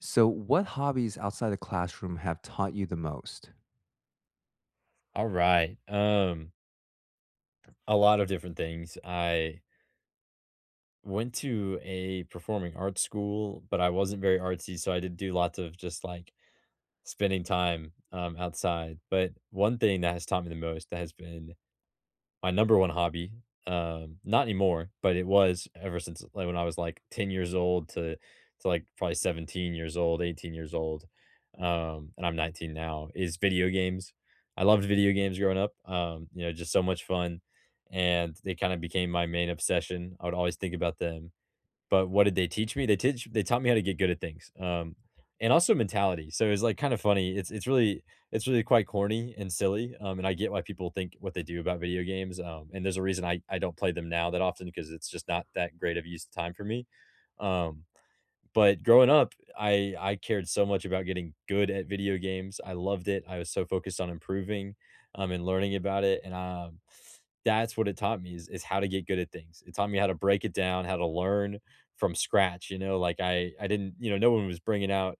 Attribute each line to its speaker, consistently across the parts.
Speaker 1: So, what hobbies outside the classroom have taught you the most?
Speaker 2: All right. A lot of different things. I went to a performing arts school, but I wasn't very artsy, so I did do lots of just like spending time outside. But one thing that has taught me the most that has been my number one hobby, not anymore, but it was ever since, like, when I was, like, 10 years old to like, probably 17 years old, 18 years old, and I'm 19 now, is video games. I loved video games growing up, you know, just so much fun, and they kinda became my main obsession. I would always think about them, but what did they teach me? They taught me how to get good at things, and also mentality. So it's like kind of funny. It's really it's really quite corny and silly, and I get why people think what they do about video games. And there's a reason I don't play them now that often because it's just not that great of use of time for me. Um, but growing up, I cared so much about getting good at video games. I loved it. I was so focused on improving, and learning about it, and that's what it taught me is how to get good at things. It taught me how to break it down, how to learn from scratch. You know, like I didn't no one was bringing out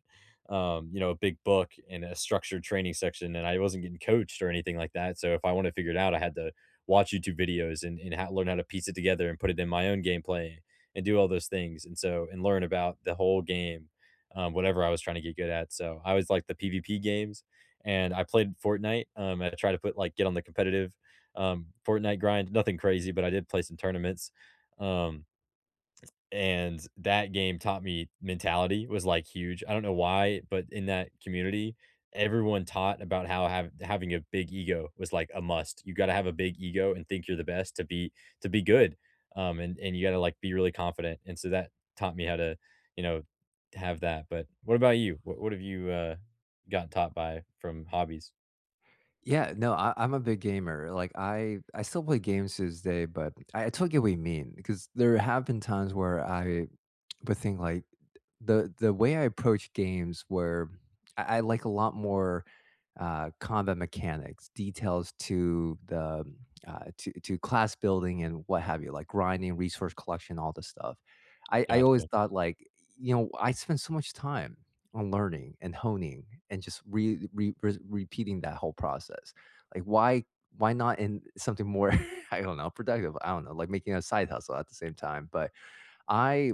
Speaker 2: a big book and a structured training section, and I wasn't getting coached or anything like that. So if I wanted to figure it out, I had to watch YouTube videos and learn how to piece it together and put it in my own gameplay and do all those things and so and learn about the whole game, whatever I was trying to get good at. So I was like the PvP games and I played Fortnite. I tried to put like get on the competitive Fortnite grind, nothing crazy, but I did play some tournaments. Um, and that game taught me mentality was, like, huge. I don't know why, but in that community, everyone taught about how having a big ego was, like, a must. You gotta have a big ego and think you're the best to be good, and you gotta, like, be really confident, and so that taught me how to, you know, have that, but what about you? What have you, gotten taught by from hobbies?
Speaker 1: Yeah, no, I'm a big gamer. Like I still play games to this day, but I totally get what you mean because there have been times where I But thing like the way I approach games where I like a lot more combat mechanics, details to the to class building and what have you, like grinding, resource collection, all this stuff. I always
Speaker 2: Gotcha.
Speaker 1: thought like you know I spend so much time on learning and honing and just re, re, re repeating that whole process. Like why not in something more I don't know productive? I don't know, like making a side hustle at the same time, but I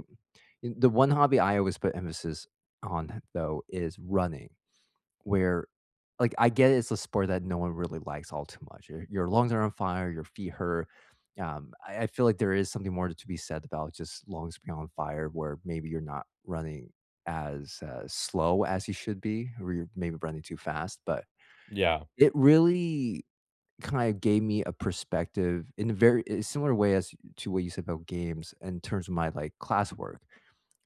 Speaker 1: the one hobby I always put emphasis on, though, is running, where like, I get it's a sport that no one really likes all too much. Your lungs are on fire, your feet hurt. I feel like there is something more to be said about just lungs being on fire where maybe you're not running as, slow as you should be, or you're maybe running too fast, but
Speaker 2: Yeah,
Speaker 1: it really kinda gave me a perspective in a very a similar way as to what you said about games in terms of my, like, classwork,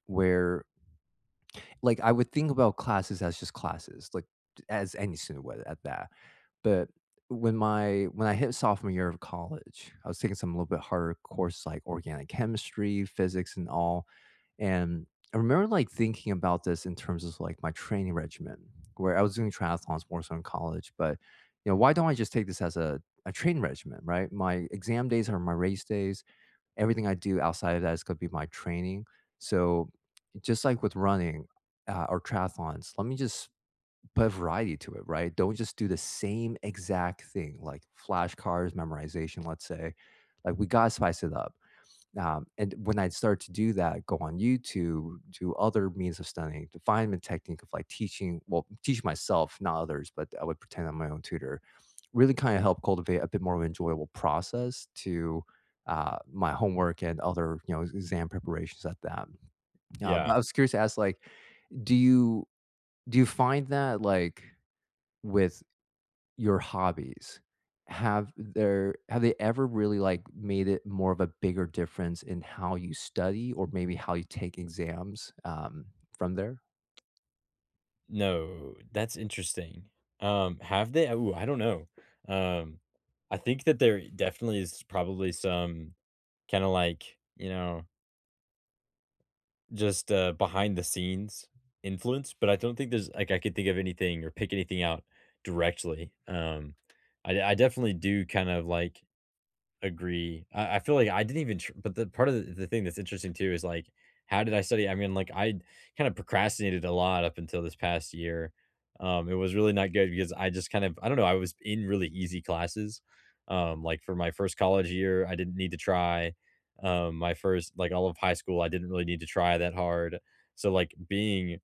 Speaker 1: where like, I would think about classes as just classes, like, as any student would at that. But when I hit sophomore year of college, I was taking some little bit harder courses like organic chemistry, physics, and all. And I remember like thinking about this in terms of like my training regimen, where I was doing triathlons more so in college. But you know, why don't I just take this as a training regimen, right? My exam days are my race days, everything I do outside of that is going to be my training. So just like with running or triathlons, let me just put variety to it, right? Don't just do the same exact thing, like flashcards, memorization, let's say. Like we got to spice it up. And when I started to do that, go on YouTube, do other means of studying, to find a technique of like teaching, well, teach myself, not others, but I would pretend I'm my own tutor, really kind of help cultivate a bit more of an enjoyable process to my homework and other, you know, exam preparations at that. But
Speaker 2: yeah.
Speaker 1: I was curious to ask, like, do you do you find that like with your hobbies have they ever really like made it more of a bigger difference in how you study or maybe how you take exams from there?
Speaker 2: No, that's interesting. Have they? Ooh, I don't know. Um, I think that there definitely is probably some kind of like, you know, just behind the scenes influence, but I don't think there's like I could think of anything or pick anything out directly. I definitely do kind of like agree. I feel like I didn't even tr but the part of the thing that's interesting too is, like, how did I study? I mean, like, I kinda procrastinated a lot up until this past year. It was really not good because I just kind of, I don't know, I was in really easy classes. Like, for my first college year, I didn't need to try. My first, like, all of high school, I didn't really need to try that hard. So, like, being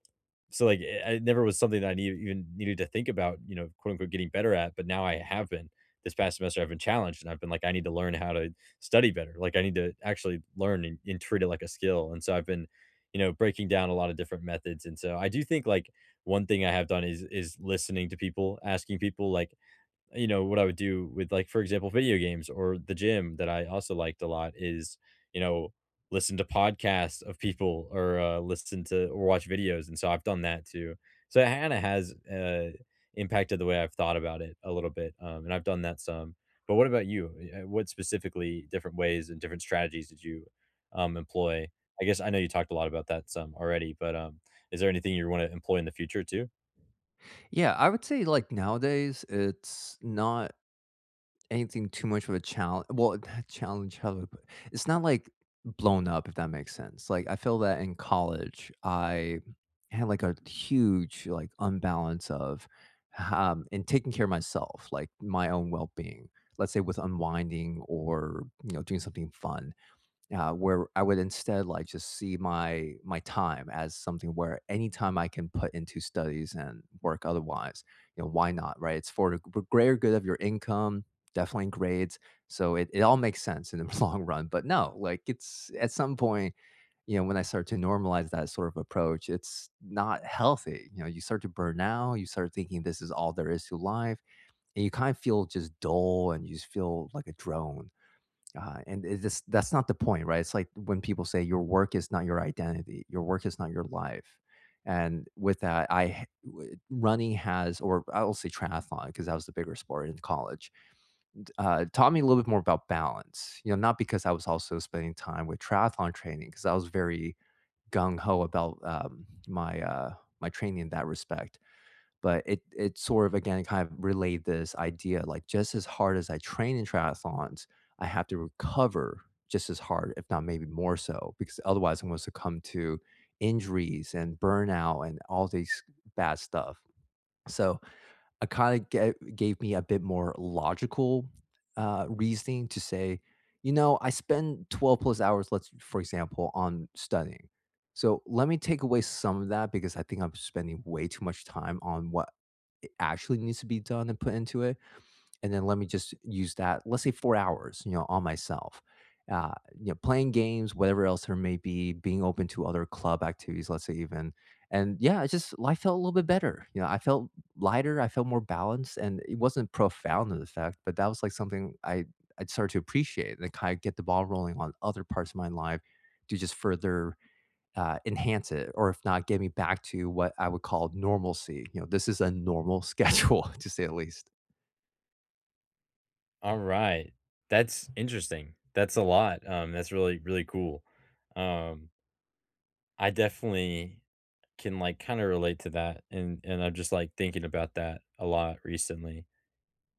Speaker 2: so, like, it never was something that I need even needed to think about, you know, quote, unquote, "getting better at," but now I have been. This past semester, I've been challenged, and I've been like, "I need to learn how to study better." Like, I need to actually learn and treat it like a skill, and so I've been, you know, breaking down a lot of different methods, and so I do think, like, one thing I have done is listening to people, asking people, like, you know, what I would do with, like, for example, video games or the gym that I also liked a lot is, you know, listen to podcasts of people or, listen to or watch videos, and so I've done that too. So it kinda has, impacted the way I've thought about it a little bit, and I've done that some. But what about you? What specifically different ways and different strategies did you, employ? I guess I know you talked a lot about that some already, but, is there anything you wanna employ in the future too?
Speaker 1: Yeah, I would say like nowadays it's not anything too much of a challenge. Well, challenge, how do I put it? It's not, like, blown up, if that makes sense, like, I feel that in college, I had, like, a huge, like, unbalance of, and taking care of myself, like, my own well-being, let's say with unwinding or, you know, doing something fun. Where I would instead like just see my time as something where any time I can put into studies and work otherwise, you know, why not, right? It's for the g- greater good of your income, definitely grades. So it all makes sense in the long run. But no, like it's at some point, you know, when I start to normalize that sort of approach, it's not healthy. You know, you start to burn out, you start thinking this is all there is to life, and you kind of feel just dull and you just feel like a drone. And it just that's not the point, right? It's like when people say your work is not your identity, your work is not your life. And with that, running has, or I'll say triathlon, because that was the bigger sport in college, taught me a little bit more about balance. You know, not because I was also spending time with triathlon training, because I was very gung ho about my my training in that respect, but it sort of again kind of relayed this idea, like just as hard as I train in triathlons, I have to recover just as hard, if not maybe more so, because otherwise I'm going to succumb to injuries and burnout and all these bad stuff. So I kind of gave me a bit more logical reasoning to say, you know, I spend 12 plus hours, let's for example, on studying. So let me take away some of that because I think I'm spending way too much time on what it actually needs to be done and put into it. And then let me just use that, let's say 4 hours, you know, on myself. Uh, you know, playing games, whatever else there may be, being open to other club activities, let's say even. And yeah, it's just life felt a little bit better. You know, I felt lighter, I felt more balanced, and it wasn't profound of the fact, but that was like something I started to appreciate and kind of get the ball rolling on other parts of my life to just further enhance it, or if not, get me back to what I would call normalcy. You know, this is a normal schedule, to say the least.
Speaker 2: Alright. That's interesting. That's a lot. That's really, really cool. Um, I definitely can, like, kinda relate to that, and I'm just, like, thinking about that a lot recently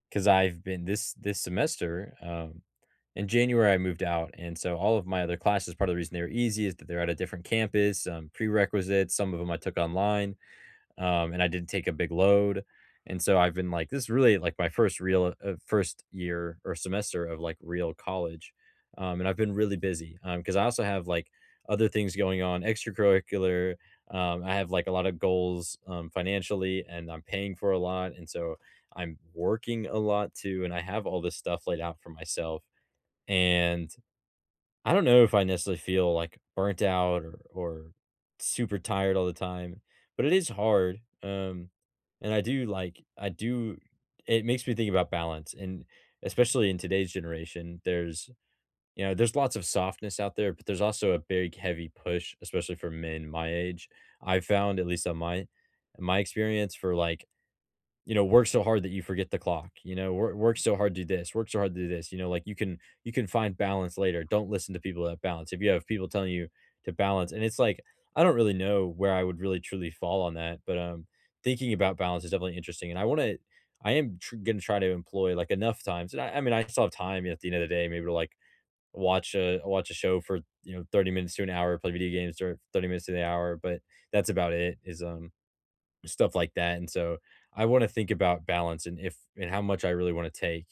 Speaker 2: because 'cause I've been this semester, in January, I moved out, and so all of my other classes, part of the reason they were easy is that they're at a different campus, prerequisites, some of them I took online, and I didn't take a big load. And so I've been like, this is really like my first real first year or semester of like real college, and I've been really busy because I also have like other things going on, extracurricular. I have like a lot of goals financially, and I'm paying for a lot, and so I'm working a lot too, and I have all this stuff laid out for myself, and I don't know if I necessarily feel like burnt out or super tired all the time, but it is hard. And I do like I do it makes me think about balance and especially in today's generation, there's there's lots of softness out there, but there's also a big heavy push, especially for men my age. I've found, at least on my experience for like you know, work so hard that you forget the clock, you know, work so hard, do this, work so hard, do this, you know, like you can find balance later. Don't listen to people that balance. If you have people telling you to balance and it's like, I don't really know where I would really truly fall on that, but, thinking about balance is definitely interesting. And I want to, going to try to employ like enough times. I mean, I still have time at the end of the day, maybe to like watch a show for, you know, 30 minutes to an hour, play video games or 30 minutes to the hour, but that's about it is, stuff like that. And so I want to think about balance and if and how much I really want to take.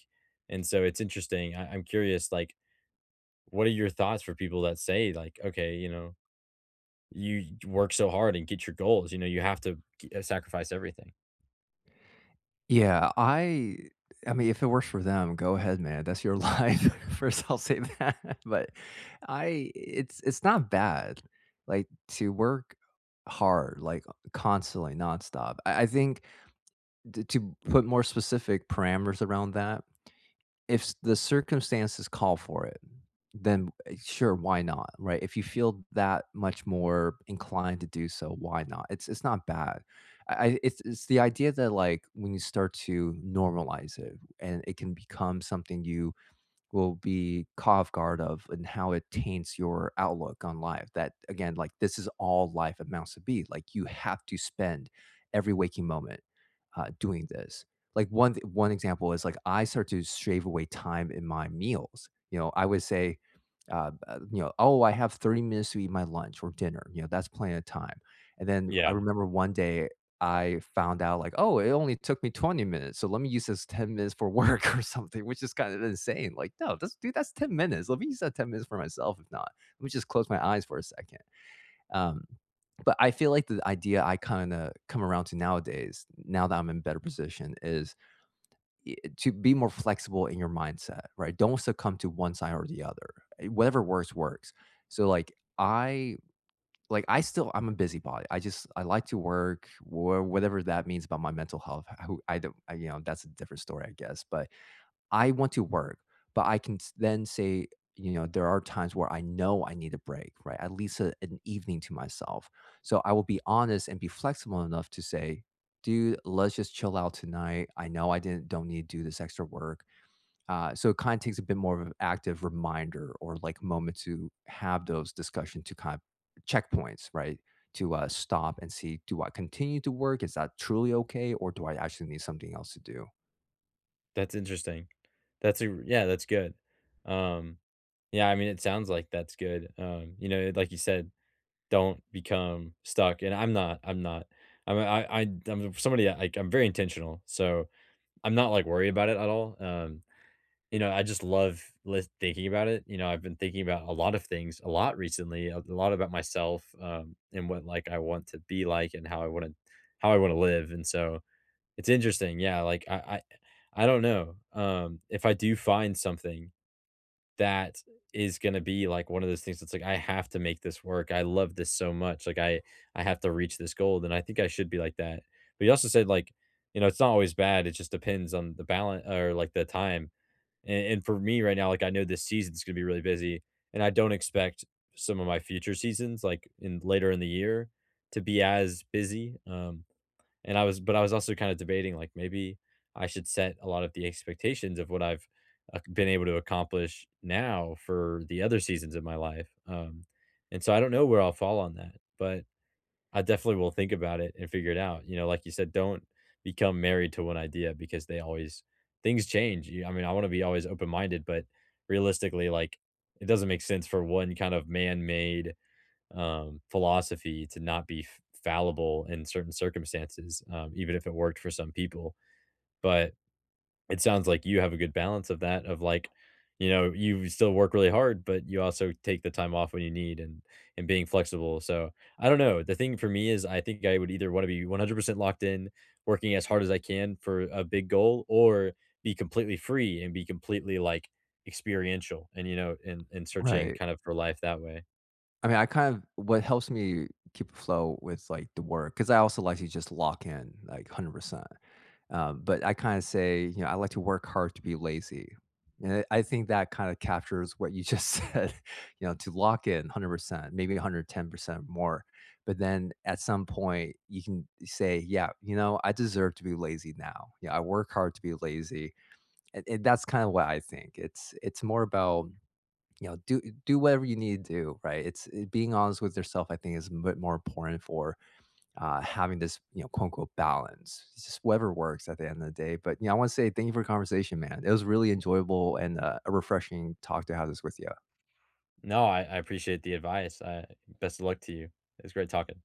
Speaker 2: And so it's interesting. I'm curious, like, what are your thoughts for people that say, like, okay, you know, you work so hard and get your goals, you know, you have to sacrifice everything?
Speaker 1: Yeah, I mean, if it works for them, go ahead, man. That's your life. First, I'll say that. But I it's not bad, like, to work hard, like, constantly, nonstop. I think t to put more specific parameters around that. If s the circumstances call for it, then, eh, sure, why not, right? If you feel that much more inclined to do so, why not? It's not bad. I it's the idea that, like, when you start to normalize it and it can become something you will be caught off guard of and how it taints your outlook on life. That again, like this is all life amounts to be. Like you have to spend every waking moment doing this. Like one example is like I start to shave away time in my meals. You know, I would say, you know, oh, I have 30 minutes to eat my lunch or dinner. You know, that's plenty of time. And then I
Speaker 2: Yeah,
Speaker 1: remember one day I found out like, "Oh, it only took me 20 minutes, so let me use this 10 minutes for work or something," which is kind of insane, like, "No, that's dude, that's 10 minutes, let me use that 10 minutes for myself, if not. Let me just close my eyes for a second." Um, but I feel like the idea I kinda come around to nowadays, now that I'm in better position, is I to be more flexible in your mindset, right? Don't succumb to one side or the other. Eh, whatever works, works. So, like, I I'm a busybody. I like to work or whatever that means about my mental health. Who I don't I, you know that's a different story I guess. But I want to work, but I can then say you know there are times where I know I need a break, right? At least an evening to myself. So I will be honest and be flexible enough to say, dude, let's just chill out tonight. I know I didn't don't need to do this extra work. So it kind of takes a bit more of an active reminder or like moment to have those discussion to kind of checkpoints, right? To stop and see, do I continue to work? Is that truly okay, or do I actually need something else to do?
Speaker 2: that's interesting. That's a Yeah, that's good. Um, yeah, I mean, it sounds like that's good. You know, like you said, don't become stuck. And I'm not. I'm not. I'm I, I I'm somebody that, like, I'm very intentional. So I'm not, like, worried about it at all, you know, I just love lis thinking about it, you know, I've been thinking about a lot of things a lot recently, a lot about myself, and what, like, I want to be like and how I wanna live, and so, it's interesting, yeah, like, I I don't know, if I do find something that is gonna be like one of those things that's like, I have to make this work. I love this so much. Like I have to reach this goal, and I think I should be like that. But you also said like, you know, it's not always bad. It just depends on the balance or like the time. And for me right now, like I know this season's gonna be really busy, and I don't expect some of my future seasons, like in later in the year, to be as busy. And I was but I was also kind of debating, like, maybe I should set a lot of the expectations of what I've ac been able to accomplish now for the other seasons of my life, and so I don't know where I'll fall on that, but I definitely will think about it and figure it out, you know, like you said, don't become married to one idea because they always things change, you I mean, I wanna be always open-minded, but realistically, like, it doesn't make sense for one kind of man-made philosophy to not be fallible in certain circumstances, even if it worked for some people. But it sounds like you have a good balance of that, of like, you know, you still work really hard, but you also take the time off when you need and being flexible. So I don't know. The thing for me is, I think I would either want to be 100% locked in, working as hard as I can for a big goal, or be completely free and be completely like experiential and you know and searching
Speaker 1: Right.
Speaker 2: kind of for life that way.
Speaker 1: I mean, I kind of what helps me keep afloat with like the work because I also like to just lock in like 100%. But I kind of say, you know, I like to work hard to be lazy. And I think that kind of captures what you just said, you know, to lock in 100%, maybe 110% more. But then at some point, you can say, yeah, you know, I deserve to be lazy now. Yeah, I work hard to be lazy. And that's kind of what I think. It's more about, you know, do whatever you need to do, right? It's it, being honest with yourself, I think, is a bit more important for having this, you know, quote unquote balance. It's just whatever works at the end of the day. But yeah, I want to say thank you for the conversation, man. It was really enjoyable and a refreshing talk to have this with you.
Speaker 2: No, I appreciate the advice. I best of luck to you. It's great talking.